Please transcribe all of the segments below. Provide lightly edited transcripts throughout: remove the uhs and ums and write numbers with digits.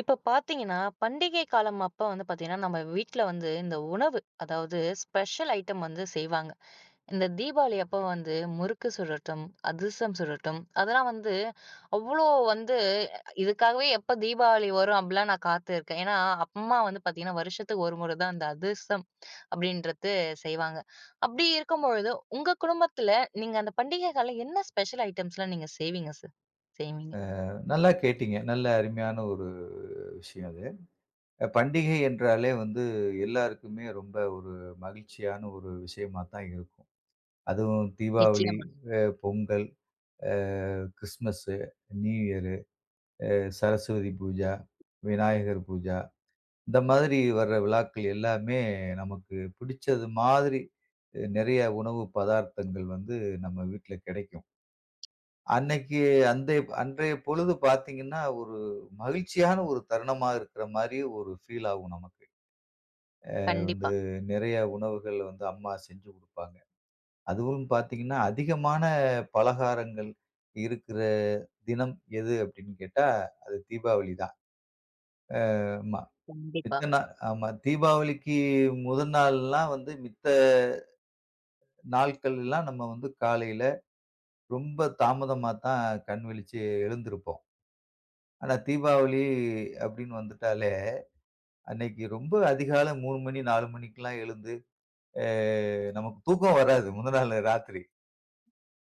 இப்ப பார்த்தீங்கன்னா, பண்டிகை காலம் அப்ப வந்து பார்த்தீங்கன்னா, நம்ம வீட்ல வந்து இந்த உணவு, அதாவது ஸ்பெஷல் ஐட்டம் வந்து செய்வாங்க. இந்த தீபாவளி அப்ப வந்து முறுக்கு சுடட்டும், அதிரசம் சுடட்டும், அதெல்லாம் வந்து அவ்ளோ வந்து இதுக்காகவே எப்ப தீபாவளி வரும் அப்படிலாம் நான் காத்திருக்கேன். ஏன்னா, அம்மா வந்து பார்த்தீங்கன்னா, வருஷத்துக்கு ஒரு முறை தான் அந்த அதிரசம் அப்படின்றது செய்வாங்க. அப்படி இருக்கும்பொழுது, உங்க குடும்பத்துல நீங்க அந்த பண்டிகை காலம் என்ன ஸ்பெஷல் ஐட்டம்ஸ்லாம் நீங்க செய்வீங்க சார்? செய்வீங்க. நல்லா கேட்டீங்க. நல்ல அருமையான ஒரு விஷயம் அது. பண்டிகை என்றாலே வந்து எல்லாருக்குமே ரொம்ப ஒரு மகிழ்ச்சியான ஒரு விஷயமா தான் இருக்கும். அதுவும் தீபாவளி, நிச்சயமா. பொங்கல், அ Christmas, new year, Saraswati Puja, Vinayagar Puja இந்த மாதிரி வர்ற விழாக்கள் எல்லாமே நமக்கு பிடிச்சது மாதிரி நெறைய உணவு பதார்த்தங்கள் வந்து நம்ம வீட்ல கிடைக்கும். அன்னைக்கு அந்த அன்றைய பொழுது பார்த்தீங்கன்னா, ஒரு மகிழ்ச்சியான ஒரு தருணமா இருக்கிற மாரி ஒரு ஃபீல் ஆகும் நமக்கு. அது வந்து கண்டிப்பா, நிறைய உணவுகள் வந்து அம்மா செஞ்சு குடுப்பாங்க. அதுவும் பார்த்தீங்கன்னா, அதிகமான பலகாரங்கள் இருக்கிற தினம் எது அப்படின்னு கேட்டா, அது தீபாவளி தான். ஆமா. கண்டிப்பா. மித்த நாள் ஆமா. தீபாவளிக்கு முதல் நாள்லாம் வந்து மித்த நாட்கள் எல்லாம் நம்ம வந்து காலையில ரொம்ப தாமதமா தான் கண் விழிச்சு எழுந்திருப்போம். ஆனா தீபாவளி அப்படின்னு வந்துட்டாலே அன்னைக்கு ரொம்ப அதிகாலை 3 மணி, 4 மணிக்கெல்லாம் எழுந்து, அ நமக்கு தூக்கம் வராது. முந்த நாள் ராத்திரி.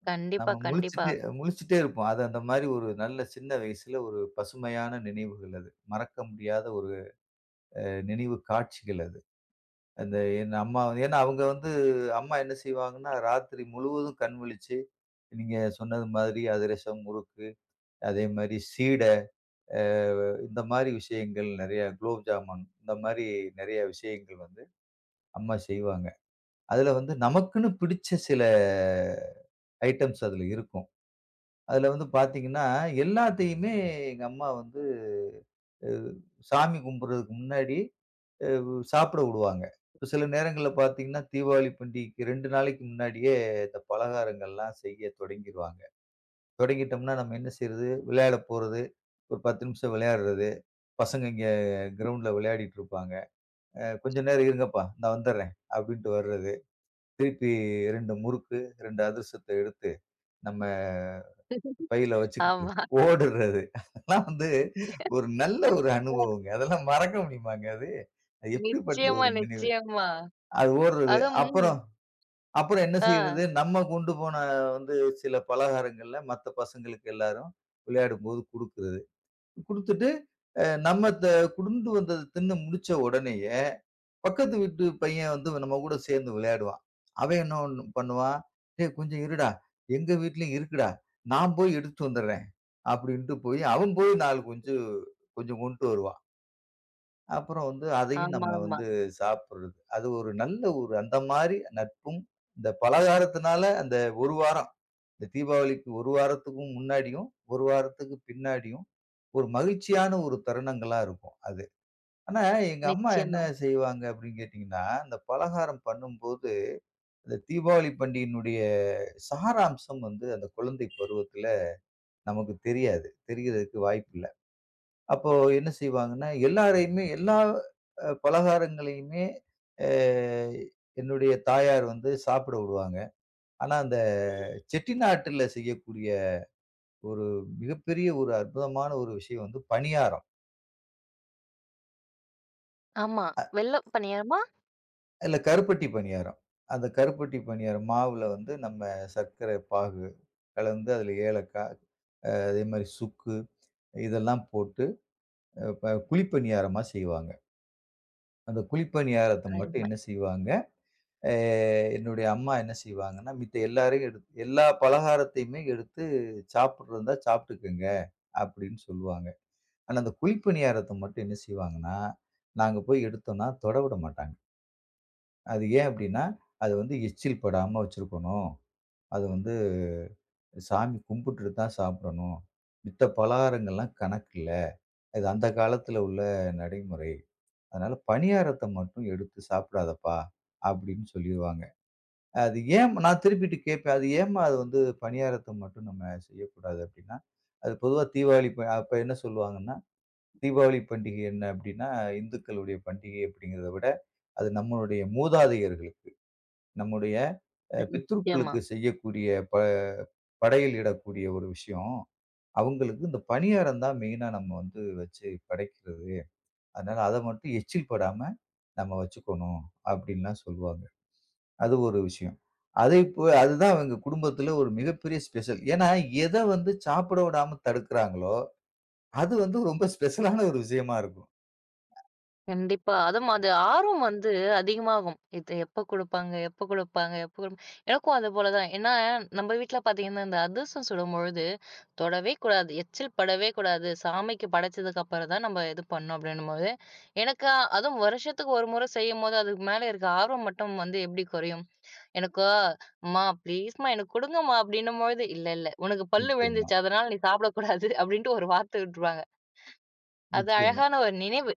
கண்டிப்பா, நம்ம கண்டிப்பா. முழிச்சுட்டு முழிச்சுட்டே இருப்போம். அது அந்த மாரி ஒரு நல்ல சின்ன வயசுல ஒரு பசுமையான நினைவுகள் அது. மறக்க முடியாத ஒரு நினைவு காட்சிகள் அது. அந்த என் ஏன்னா அவங்க வந்து அம்மா என்ன செய்வாங்கன்னா, ராத்திரி முழுவதும் கண் விழிச்சு, நீங்க சொன்னது மாதிரி அதிரசம், முறுக்கு, அதே மாரி சீடை, அ இந்த மாரி விஷயங்கள் நெறைய குலோப் ஜாமுன் இந்த மாரி நெறைய விஷயங்கள் வந்து அம்மா செய்வாங்க. அதுல வந்து நமக்குன்னு பிடிச்ச சில ஐட்டம்ஸ் அதுல இருக்கும். அதுல வந்து பாத்தீங்கன்னா, எல்லாத்தையுமே எங்க அம்மா வந்து அ சாமி கும்புடுறதுக்கு முன்னாடி அ சாப்பிட வுடுவாங்க. இப்ப சில நேரங்கள்ல பாத்தீங்கன்னா, தீபாவளி பண்டிகைக்கு 2 நாளைக்கு முன்னாடியே இந்த பலகாரங்கள்லாம் செய்ய தொடங்கிருவாங்க. தொடங்கிட்டோம்னா நம்ம என்ன செய்றது? விளையாட போறது, ஒரு 10 நிமிஷம் விளையாடுறது, பசங்க இங்க கிரவுண்ட்ல விளையாடிட்டு இருப்பாங்க. "கொஞ்ச நேரம் இருங்கப்பா, நான் வந்துடுறேன்" அப்படின்ட்டு வர்றது. திருப்பி 2 முறுக்கு, 2 அதிரசத்த எடுத்து நம்ம பையில வச்சுக்கிட்டு ஆமா. ஓடுறது. அதெல்லாம் வந்து ஒரு நல்ல ஒரு அனுபவங்க. அதெல்லாம் மறக்க முடியுமாங்க அது? அது எப்படிப்பட்ட நிச்சயமா, ஒரு நினைவு? நிச்சயமா. அது ஓடுறது. அப்புறம் அதுவும் அப்புறம் என்ன ஆ செய்றது? நம்ம கொண்டு போன வந்து சில பலகாரங்கள்ல மத்த பசங்களுக்கு எல்லாரும் விளையாடும்போது குடுக்குறது. குடுத்துட்டு அ நம்ம த கொண்டு வந்தத தின்னு முடிச்ச உடனேயே பக்கத்து வீட்டு பையன் வந்து நம்ம கூட சேர்ந்து விளையாடுவான். அவன் என்ன ஒண்ணு பண்ணுவான், "டேய் கொஞ்சம் இருடா, எங்க வீட்லயும் இருக்குடா. நான் போய் எடுத்துட்டு வந்துடுறேன்." அப்படின்ட்டு அவன் போய் 4 குஞ்சு கொஞ்சம் கொண்டு வருவான். அப்புறம் வந்து அதையும் நம்ம ஆமாமா. வந்து சாப்பிடுறது. அது ஒரு நல்ல ஒரு அந்த மாரி நட்பும், இந்த பலகாரத்தினால அந்த 1 வாரம் இந்த தீபாவளிக்கு 1 வாரத்துக்கும் முன்னாடியும், 1 வாரத்துக்கு பின்னாடியும் ஒரு மகிழ்ச்சியான ஒரு தருணங்களா இருக்கும் அது. ஆனா, எங்க அம்மா என்ன நிச்சயமா. செய்வாங்க அப்படின்னு கேட்டீங்கன்னா, அந்த பலகாரம் பண்ணும்போது, இந்த தீபாவளி பண்டிகையினுடைய சாராம்சம் வந்து அந்த குழந்தை பருவத்தில நமக்கு தெரியாது. தெரியறதுக்கு வாய்ப்பில்ல. அப்போ என்ன செய்வாங்கன்னா, எல்லாரையுமே எல்லா பலகாரங்களையுமே அ என்னுடைய தாயார் வந்து சாப்பிட விடுவாங்க. ஆனா, அந்த செட்டிநாட்டுல செய்யக்கூடிய ஒரு மிகப்பெரிய ஒரு அற்புதமான ஒரு விஷயம் வந்து பணியாரம். ஆமா. வெள்ள பணியாரமா? இல்ல கருப்பட்டி பணியாரம். அந்த கருப்பட்டி பணியாரம் மாவுல வந்து நம்ம சர்க்கரை பாகு கலந்து அதில ஏலக்காய், அதே மாரி சுக்கு இதெல்லாம் போட்டு குழிப்பணியாரமா செய்வாங்க. அந்த குழிப்பணியாரத்த மட்டும் அருமை. என்ன செய்வாங்க, அ என்னுடைய அம்மா என்ன செய்வாங்கன்னா, மித்த எல்லாரையும் எடுத்து எல்லா பலகாரத்தையுமே எடுத்து சாப்பிடுறதா இருந்தா சாப்பிட்டுக்கங்க அப்படின்னு சொல்லுவாங்க. ஆனா அந்த குழிப்பணியாரத்த மட்டும் என்ன செய்வாங்கன்னா, நாங்க போய் எடுத்தோம்னா தொட விட மாட்டாங்க. அது ஏன் அப்படின்னா, அது வந்து எச்சில் படாம வச்சிருக்கணும். அது வந்து சாமி கும்பிட்டுட்டு தான் சாப்பிடணும். மித்த பலகாரங்கள்லாம் கணக்கில்ல. இது அந்த காலத்துல உள்ள நடைமுறை. அதனால பணியாரத்த மட்டும் எடுத்து சாப்பிடாதப்பா! அப்படின்னு சொல்லிருவாங்க. அது ஏன் நான் திருப்பிட்டு கேட்பேன். அது ஏம்மா அது வந்து பணியாரத்த மட்டும் நம்ம செய்யக்கூடாது அப்படின்னா, அது பொதுவா தீபாவளி அப்ப என்ன சொல்லுவாங்கன்னா, தீபாவளி பண்டிகை என்ன அப்படின்னா, இந்துக்களுடைய பண்டிகை அப்படிங்கிறத விட, அது நம்மளுடைய மூதாதையர்களுக்கு, நம்முடைய ம். நிச்சயமா. பித்ருக்களுக்கு செய்யக்கூடிய ப படையல் இடக்கூடிய ஒரு விஷயம். அவங்களுக்கு இந்த பணியாரம் தான் மெயினா நம்ம வந்து வச்சு படைக்கிறது. அதனால அத மட்டும் எச்சில் படாம நம்ம வச்சுக்கணும் அப்டின்லாம் சொல்லுவாங்க. அது ஒரு விஷயம். அதை இப்போ அதுதான் அவங்க குடும்பத்துல ஒரு மிகப்பெரிய ஸ்பெஷல். ஏன்னா எத வந்து சாப்பிட விடாம தடுக்குறாங்களோ, அது வந்து ரொம்ப ஸ்பெஷலான ஒரு விஷயமா இருக்கும். கண்டிப்பா. அதுவும் அது ஆர்வம் வந்து அதிகமாகும். இது எப்ப குடுப்பாங்க? எப்ப குடுப்பாங்க? எப்ப எனக்கும் அது போல தான். ஏன்னா, நம்ம வீட்ல பார்த்தீங்கன்னா, இந்த அதிரசம் சுடும்பொழுது தொடவே கூடாது. எச்சில் படவே கூடாது. சாமிக்கு படைச்சதுக்கு அப்புறம் தான் நம்ம இது பண்ணணும் அப்படின்னும்போது, எனக்கு அதுவும் வருஷத்துக்கு ஒரு முறை செய்யும்போது, அதுக்கு மேல இருக்க ஆர்வம் மட்டும் வந்து எப்படி குறையும்? எனக்கு "அம்மா ப்ளீஸ்மா எனக்கு குடுங்கம்மா" அப்படின்னும்பொழுது, "இல்ல இல்ல உனக்கு பல்லு நிச்சயமா, விழுந்துச்சு. அதனால நீ சாப்பிடக்கூடாது" அப்படின்ட்டு ஒரு வார்த்தை விட்டுருவாங்க. அது நிச்சயமா. அழகான ஒரு நினைவு.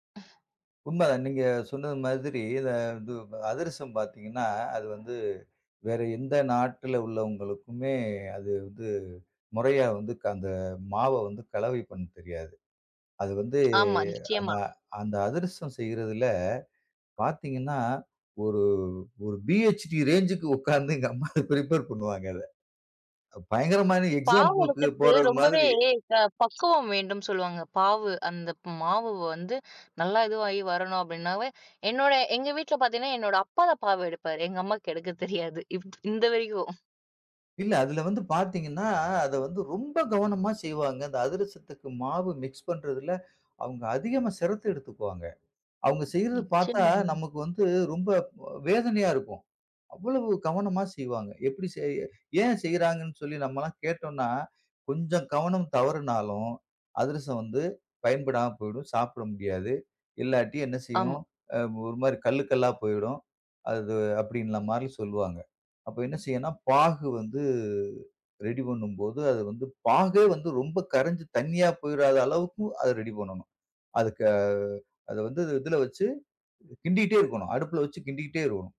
உண்மதான். நீங்க சொன்னது மாதிரி இந்த இது அதிரசம் பார்த்தீங்கன்னா, அது வந்து வேற எந்த நாட்டுல உள்ளவங்களுக்குமே அது வந்து முறையா வந்து அந்த மாவ வந்து கலவை பண்ண தெரியாது. அது வந்து ஆமா, அந்த நிச்சயமா. அந்த அதிரசம் செய்றதுல பார்த்தீங்கன்னா, ஒரு ஒரு பிஹெச்டி ரேஞ்சுக்கு உட்கார்ந்து எங்க அம்மா ப்ரிப்பேர் பண்ணுவாங்க அத. பயங்கரமான பாவு எக்ஸாம்க்கு வழக்கத்து போறது ரொம்பவே மாதிரி. பக்குவம் வேண்டும் சொல்லுவாங்க. பாவு அந்த மாவு வந்து நல்லா இதுவாகி வரணும் அப்டின்னாவே, என்னோட எங்க வீட்ல பார்த்தீங்கன்னா, என்னோட அப்பா தான் பாவு எடுப்பாரு. எங்க அம்மாக்கு எடுக்க தெரியாது. இந்த வரைக்கும். இல்ல அதுல வந்து பார்த்தீங்கன்னா, அத வந்து ரொம்ப கவனமா செய்வாங்க. அந்த அதிரசத்துக்கு மாவு மிக்ஸ் பண்றதுல அவங்க அதிகமா சிரத்த எடுத்துக்குவாங்க. அவங்க செய்றது பார்த்தா நிச்சயமாங்க. நமக்கு வந்து ரொம்ப வேதனையா இருக்கும். அவ்வளவு கவனமா செய்வாங்க. எப்படி செய் ஏன் செய்றாங்கன்னு சொல்லி நம்மலாம் கேட்டோம்னா, கொஞ்சம் கவனம் தவறுனாலும், அதிரசம் வந்து பயன்படாம போயிடும். சாப்பிட முடியாது. இல்லாட்டி என்ன ஆமா, செய்யும்? அ ஒரு மாரி கல்லு கல்லா போயிடும். அது அப்படின்ன மாரி சொல்லுவாங்க. அப்ப என்ன செய்யணும்னா, பாகு வந்து ரெடி பண்ணும்போது, அது வந்து பாகே வந்து ரொம்ப கரைஞ்சு தண்ணியா போயிறாத அளவுக்கு அத ரெடி பண்ணணும். அதுக்கு அத வந்து இதுல வச்சு கிண்டிக்கிட்டே இருக்கணும். அடுப்புல வச்சு கிண்டிக்கிட்டே இருக்கணும்.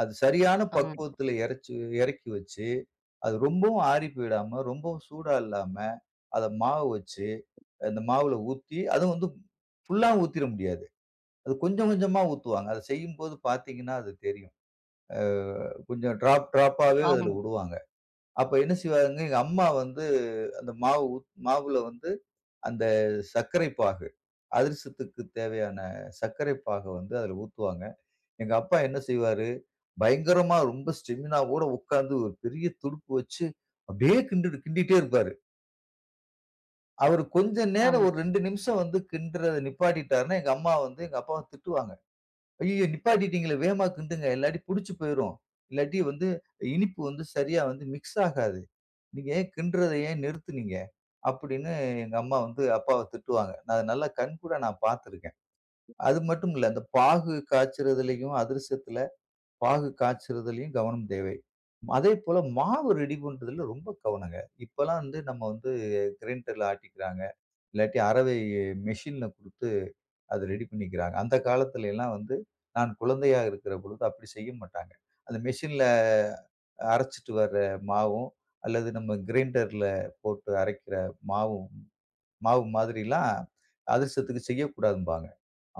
அது சரியான ஆமா, பக்குவத்துல இறச்சு இறக்கி வச்சு, அது ரொம்பவும் ஆறி போயிடாம, ரொம்பவும் சூடா இல்லாம, அத மாவு வச்சு, அந்த மாவுல ஊத்தி, அதுவும் வந்து ஃபுல்லா ஊத்திற முடியாது. அது கொஞ்சம் கொஞ்சமா ஊத்துவாங்க. அத செய்யும்போது பார்த்தீங்கன்னா, அது தெரியும். அ கொஞ்சம் ட்ராப் ட்ராப்பாவே ஆமா, அதுல விடுவாங்க. அப்ப என்ன செய்வாங்க, எங்க அம்மா வந்து அந்த மாவு ஊத் மாவுல வந்து அந்த சர்க்கரை பாகு, அதிரசத்துக்கு தேவையான சர்க்கரை பாக வந்து அதுல ஊத்துவாங்க. எங்க அப்பா என்ன செய்வாரு, பயங்கரமா ரொம்ப ஸ்டெமினாவோட உட்கார்ந்து ஒரு பெரிய துடுப்பு வச்சு, அப்படியே கிண்டிட்டே இருப்பாரு. அவரு கொஞ்ச ஆமா. நேரம் ஒரு 2 நிமிஷம் வந்து கிண்டுறத நிப்பாட்டிட்டாருன்னா, எங்க அம்மா வந்து எங்க அப்பாவ திட்டுவாங்க. "ஐயய்யோ! நிப்பாட்டிட்டீங்களே வேகமா கிண்டுங்க, இல்லாட்டி புளிச்சு போயிரும். இல்லாட்டி வந்து இனிப்பு வந்து சரியா வந்து மிக்ஸ் ஆகாது. நீங்க ஏன் கிண்டுறத நிறுத்துனீங்க?" அப்படின்னு எங்க அம்மா வந்து அப்பாவ திட்டுவாங்க. நான் அத நல்லா கண்கூடா பார்த்துருக்கேன். அது மட்டும் இல்ல, அந்த பாகு காய்ச்சறதுலயும், அதிரசத்துல பாகு காய்ச்சறதுலயும் கவனம் தேவை. அதேபோல மாவு ரெடி பண்றதுல ரொம்ப கவனங்க. இப்பலாம் வந்து நம்ம வந்து கிரைண்டர்ல ஆட்டிக்கிறாங்க. இல்லாட்டி அரவை மெஷின்ல குடுத்து அத ரெடி பண்ணிக்கிறாங்க. அந்த காலத்துல எல்லாம் வந்து நான் குழந்தையா இருக்கிற பொழுது அப்படி செய்ய மாட்டாங்க. அந்த மெஷின்ல அரைச்சுட்டு வர்ற மாவும், அல்லது நம்ம கிரைண்டர்ல போட்டு அரைக்கிற மாவும், மாவு மாதிரிலாம் அதிர்சத்துக்கு செய்யக்கூடாதும்பாங்க.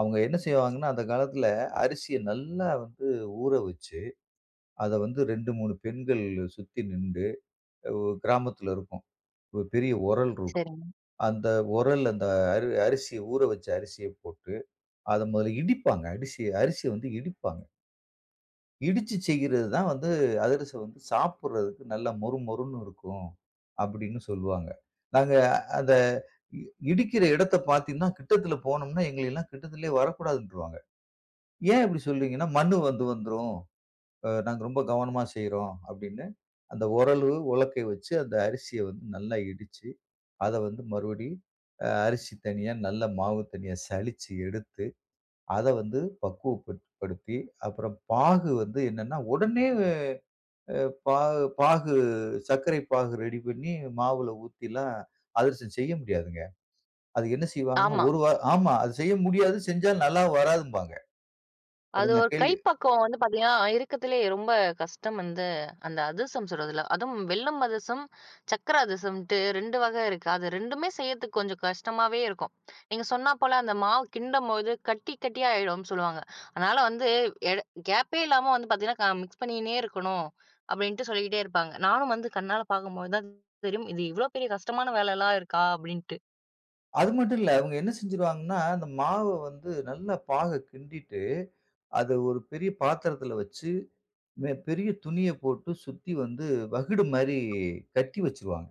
அவங்க என்ன செய்வாங்கன்னா, அந்த காலத்துல அரிசிய நல்லா வந்து ஊற வச்சு அத வந்து 2, 3 பெண்கள் சுத்தி நின்டு, கிராமத்துல இருக்கும். ஒரு பெரிய உரல் இருக்கும். சரிங்க. அந்த உரல் அந்த அரிசிய ஊற வச்ச அரிசிய போட்டு, அத முதல்ல இடிப்பாங்க. அரிசிய வந்து இடிப்பாங்க. இடிச்சு செய்கிறது தான் வந்து அதிரசம் வந்து சாப்பிடுறதுக்கு நல்லா மொறு மொறுன்னு இருக்கும். அப்படின்னு சொல்லுவாங்க. நாங்க அந்த இ இடிக்கிற இடத்த பார்த்தீங்கன்னா, கிட்டத்துல போனோம்னா எங்களயெல்லாம் கிட்டத்துலயே வரக்கூடாதுன்ருவாங்க. ஏன் இப்படி சொல்றீங்கன்னா, மண்ணு வந்து வந்துரும். நாங்க ரொம்ப கவனமா செய்றோம் அப்படின்னு, அந்த உரலு, உலக்கை வச்சு அந்த அரிசிய வந்து நல்லா இடிச்சு, அத வந்து மறுபடி அரிசி தனியா, நல்ல மாவு தனியா சலிச்சு எடுத்து, அத வந்து படுத்தி, அப்புறம் பாகு வந்து என்னன்னா, உடனே அ பாகு பாகு சர்க்கரை பாகு ரெடி பண்ணி மாவுல ஊத்திலாம் அதிரசம் செய்ய முடியாதுங்க. அது என்ன செய்வாங்கன்னா, ஆமா. ஒரு வா ஆமா. அது செய்ய முடியாது. செஞ்சா நல்லா வராதும்பாங்க. அது அது நான் ஒரு கை கேள்வி பக்குவம் வந்து பார்த்தீங்கன்னா, இருக்கத்துலயே ரொம்ப கஷ்டம் வந்து அந்த அதிரசம் சுடுறதுல. அதுவும் வெல்லம் அதிரசம், சர்க்கரை அதிரசம்ன்ட்டு 2 வகை இருக்கு. அது 2மே செய்யறதுக்கு கொஞ்சம் கஷ்டமாவே இருக்கும். நீங்க சொன்னா போல அந்த மாவு கிண்டும்போது கட்டி கட்டியா ஆயிடும்னு சொல்லுவாங்க. அதனால வந்து எட கேப்பே இல்லாம வந்து பார்த்தீங்கன்னா, மிக்ஸ் பண்ணினே இருக்கணும் அப்டின்ட்டு சொல்லிக்கிட்டே இருப்பாங்க. நானும் வந்து கண்ணால பார்க்கும்போது தான் தெரியும். இது இவ்ளோ பெரிய கஷ்டமான வேலைலாம் இருக்கா? அப்டின்ட்டு. அது மட்டும் இல்ல. அவங்க என்ன செஞ்சுருவாங்கன்னா, அந்த மாவ வந்து நல்லா பாக கிண்டிட்டு, அத ஒரு பெரிய பாத்திரத்துல வச்சு, பெரிய துணிய போட்டு சுத்தி வந்து வகுடு மாரி கட்டி வச்சுருவாங்க.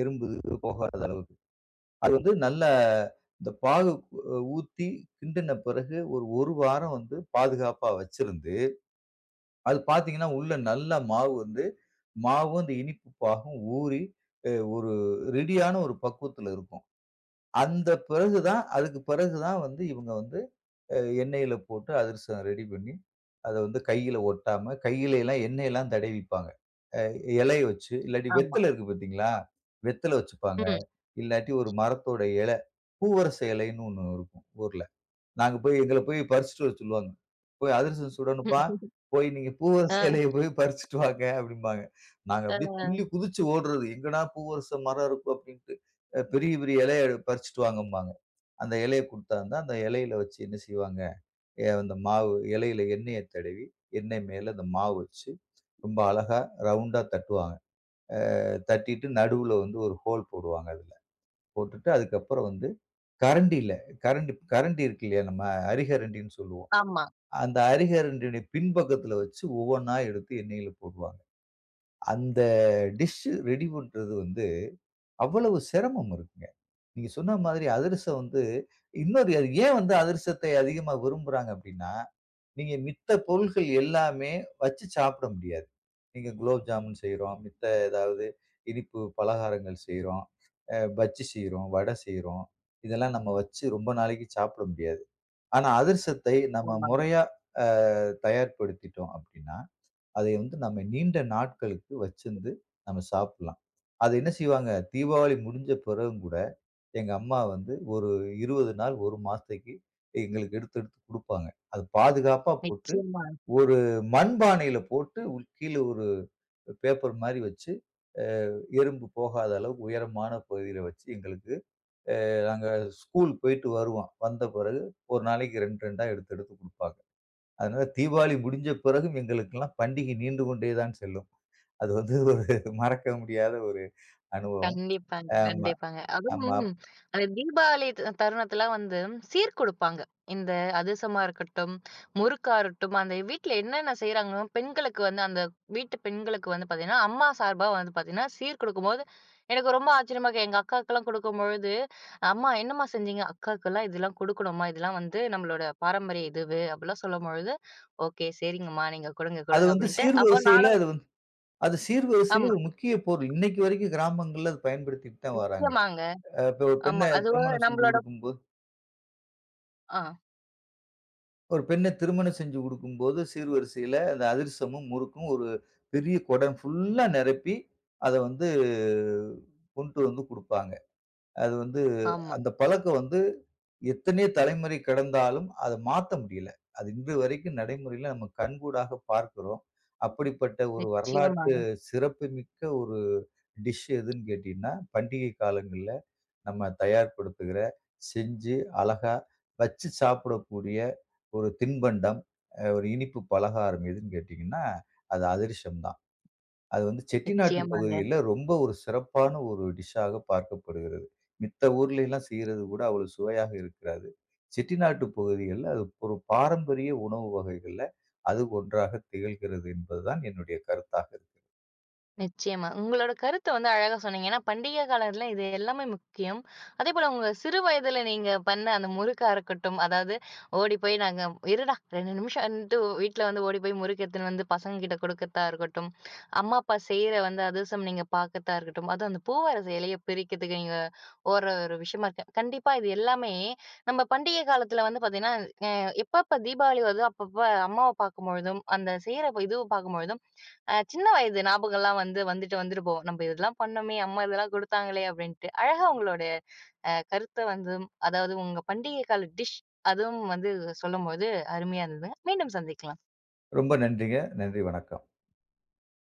எறும்பு இது போகாத அளவுக்கு. அது வந்து நல்லா இந்த பாகு ஊத்தி கிண்டுன பிறகு ஒரு 1 வாரம் வந்து பாதுகாப்பா வச்சிருந்து, அது பார்த்தீங்கன்னா, உள்ள நல்லா மாவு வந்து மாவும், அந்த இனிப்பு பாகும் ஊறி, ஒரு ரெடியான ஒரு பக்குவத்துல இருக்கும். அந்த பிறகு தான் அதுக்கு பிறகு தான் வந்து இவங்க வந்து அ எண்ணெயில போட்டு அதிரசம் ரெடி பண்ணி, அத வந்து கையில ஒட்டாம கையிலலாம் எண்ணெயலாம் தடவிப்பாங்க. அ இலைய வச்சு, இல்லாட்டி ஆமா. வெத்தல இருக்கு பார்த்தீங்களா? வெத்தல வச்சுப்பாங்க. ம். இல்லாட்டி ஒரு மரத்தோட இல, பூவரச இலைன்னு ஒண்ணு இருக்கும் ஊர்ல. நாங்க போய் எங்கள போய் பறிச்சுட்டு வர சொல்லுவாங்க. போய் அதிரசம் சுடணும்ப்பா. போய் நீங்க பூவரச அ, இலைய போய் பறிச்சுட்டு வாங்க அப்டிம்பாங்க. நாங்க அ. அப்டியே துள்ளி குதிச்சு ஓடுறது. எங்கடா பூவரச மரம் இருக்கும் அப்டின்ட்டு. பெரிய பெரிய இலைய பறிச்சுட்டு வாங்கம்பாங்க. அந்த இலைய குடுத்தாந்தா, அந்த இலையில வச்சு என்ன செய்வாங்க, அந்த மாவு இலையில எண்ணெய தடவி, எண்ணெய் மேல அந்த மாவு வச்சு, ரொம்ப அழகா ரவுண்டா தட்டுவாங்க. தட்டிட்டு நடுவுல வந்து ஒரு ஹோல் போடுவாங்க அதுல. போட்டுட்டு அதுக்கப்புறம் வந்து கரண்டில கரண்டி கரண்டி இருக்கு இல்லையா? நம்ம அரிகரண்டின்னு சொல்லுவோம். ஆமா, அந்த அரிகரண்டினுடைய பின்பக்கத்துல வச்சு ஒவ்வொன்னா எடுத்து எண்ணெயில போடுவாங்க. அந்த டிஷ் ரெடி பண்றது வந்து அவ்வளவு சிரமம் இருக்குங்க. நீங்க சொன்ன மாதிரி அதிரசம் வந்து இன்னொரு அது ஏன் வந்து அதிரசத்தை அதிகமா விரும்புறாங்க அப்டின்னா, நீங்க மித்த பொருள்கள் எல்லாமே வச்சு சாப்பிட முடியாது. நீங்க குலோப் ஜாமுன் செய்றோம், மித்த ஏதாவது இனிப்பு பலகாரங்கள் செய்றோம், பஜ்ஜி செய்றோம், வடை செய்றோம். இதெல்லாம் நம்ம வச்சு ரொம்ப நாளைக்கு சாப்பிட முடியாது. ஆனா, அதிரசத்தை நம்ம ஆமா. முறையா அ தயார்படுத்திட்டோம் அப்படின்னா, அதை வந்து நம்ம நீண்ட நாட்களுக்கு வச்சிருந்து நம்ம சாப்பிடலாம். அது என்ன செய்வாங்க, தீபாவளி முடிஞ்ச பிறகும் கூட எங்க அம்மா வந்து ஒரு 20 நாள், 1 மாசத்தைக்கு எங்களுக்கு எடுத்து எடுத்து குடுப்பாங்க. அது பாதுகாப்பா போட்டு நிச்சயமா. ஒரு மண்பானையில போட்டு உள் கீழ ஒரு பேப்பர் மாரி வச்சு, எறும்பு போகாத அளவுக்கு உயரமான பகுதியில வச்சு எங்களுக்கு நாங்க ஸ்கூல் போயிட்டு வருவோம். வந்த பிறகு 1 நாளைக்கு 2, 2 எடுத்து எடுத்து குடுப்பாங்க. அதனால தீபாவளி முடிஞ்ச பிறகும் எங்களுக்கெல்லாம் பண்டிகை நீண்டு கொண்டே தான் செல்லும். அது வந்து ஒரு மறக்க முடியாத ஒரு அனுபவம். கண்டிப்பாங்க, ஆமா, கண்டிப்பாங்க. ஆமா. அதுவும் அந்த தீபாவளி தருணத்துல வந்து சீர் குடுப்பாங்க. இந்த அதிரசமா இருக்கட்டும், முறுக்கா இருக்கட்டும், அந்த வீட்ல என்னென்ன செய்றாங்களோ, பெண்களுக்கு வந்து அந்த வீட்டு பெண்களுக்கு வந்து பாத்தீங்கன்னா, அம்மா சார்பா வந்து பாத்தீங்கன்னா, சீர் குடுக்கும்போது எனக்கு ரொம்ப ஆச்சரியமா இருக்கு. எங்க அக்காவுக்கெல்லாம் குடுக்கும்பொழுது, "அம்மா என்னம்மா செஞ்சீங்க?" "அக்காவுக்கெல்லாம் இதெல்லாம் குடுக்கணும்மா. இதெல்லாம் வந்து நம்மளோட பாரம்பரிய இதுவு." அப்படிலாம் சொல்லும்பொழுது, "ஓகே. சரிங்கம்மா. நீங்க குடுங்க, அது குடுங்க." வந்து அப்படின்ட்டு. அப்போ சீர்வரிசையில நானும் அது வந்து அது சீர்வரிசையில ஆமா. ஒரு முக்கிய பொருள். இன்னைக்கு வரைக்கும் கிராமங்கள்ல அத பயன்படுத்திட்டு தான் வராங்க. நிச்சயமாங்க. இப்ப ஆமா. அது ஒரு திருமணம் செஞ்சு நம்மளோட குடுக்கும்போது ஆ. ஒரு பெண்ண திருமணம் செஞ்சு குடுக்கும்போது சீர்வரிசையில அந்த அதிரசமும், முறுக்கும் ஒரு பெரிய குடம் ஃபுல்லா நிரப்பி அத வந்து கொண்டு வந்து குடுப்பாங்க. அது வந்து ஆமா. அந்த பழக்கம் வந்து எத்தனையோ தலைமுறை கடந்தாலும் அத மாத்த முடியல. அது இன்று வரைக்கும் நடைமுறையில நம்ம கண்கூடாக பார்க்கிறோம். அப்படிப்பட்ட ஒரு வரலாற்று நிச்சயமாங்க, சிறப்புமிக்க ஒரு டிஷ் எதுன்னு கேட்டீங்கன்னா, பண்டிகை காலங்கள்ல நம்ம தயார்படுத்துகிற, செஞ்சு அழகா வச்சு சாப்பிடக்கூடிய ஒரு தின்பண்டம், ஒரு இனிப்பு பலகாரம் எதுன்னு கேட்டீங்கன்னா, அது அதிரசம் தான். அது வந்து செட்டிநாட்டு நிச்சயமாங்க, பகுதியில ரொம்ப ஒரு சிறப்பான ஒரு டிஷ்ஷாக பார்க்கப்படுகிறது. மித்த ஊர்ல எல்லாம் செய்றது கூட அவ்வளவு சுவையாக இருக்காது. செட்டிநாட்டு பகுதிகள்ல அது ஒரு பாரம்பரிய உணவு வகைகள்ல அது ஒன்றாக திகழ்கிறது என்பதுதான் என்னுடைய கருத்தாக இருக்கு. நிச்சயமா. உங்களோட கருத்த வந்து அழகா சொன்னீங்க. ஏன்னா, பண்டிகை காலத்துல இது எல்லாமே முக்கியம். அதேபோல உங்க சிறு வயதுல நீங்க பண்ண அந்த முறுக்கா இருக்கட்டும், அதாவது ஓடி போய் நாங்க "இருடா 2 நிமிஷம்ன்ட்டு" வீட்ல வந்து ஓடி போய் முறுக்கு எடுத்துன்னு வந்து பசங்ககிட்ட குடுக்கத்தா இருக்கட்டும், அம்மா, அப்பா செய்ற வந்து அதிரசம் நீங்க பாக்கத்தா இருக்கட்டும், அதுவும் அந்த பூவரச இலைய பிரிக்கிறதுக்கு நீங்க ஓடுற ஒரு விஷயமா இருக்கு. கண்டிப்பா இது எல்லாமே நம்ம பண்டிகை காலத்துல வந்து பாத்தீங்கன்னா, அ எப்பப்ப தீபாவளி வருதோ, அப்பப்ப அம்மாவ பாக்கும்பொழுதும், அந்த செய்ற இது பாக்கும்பொழுதும் சின்ன வயது ஞாபகம்லாம் வந்து வந்துட்டு வந்துட்டு போகும். "நம்ப இதெல்லாம் பண்ணோமே! அம்மா இதெல்லாம் குடுத்தாங்களே!" அப்படின்ட்டு. அழகா உங்களோட கருத்த வந்து அதாவது உங்க பண்டிகை கால டிஷ் அதுவும் வந்து சொல்லும்போது அருமையா இருந்ததுங்க. மீண்டும் சந்திக்கலாம். ரொம்ப நன்றிங்க. நன்றி. வணக்கம்.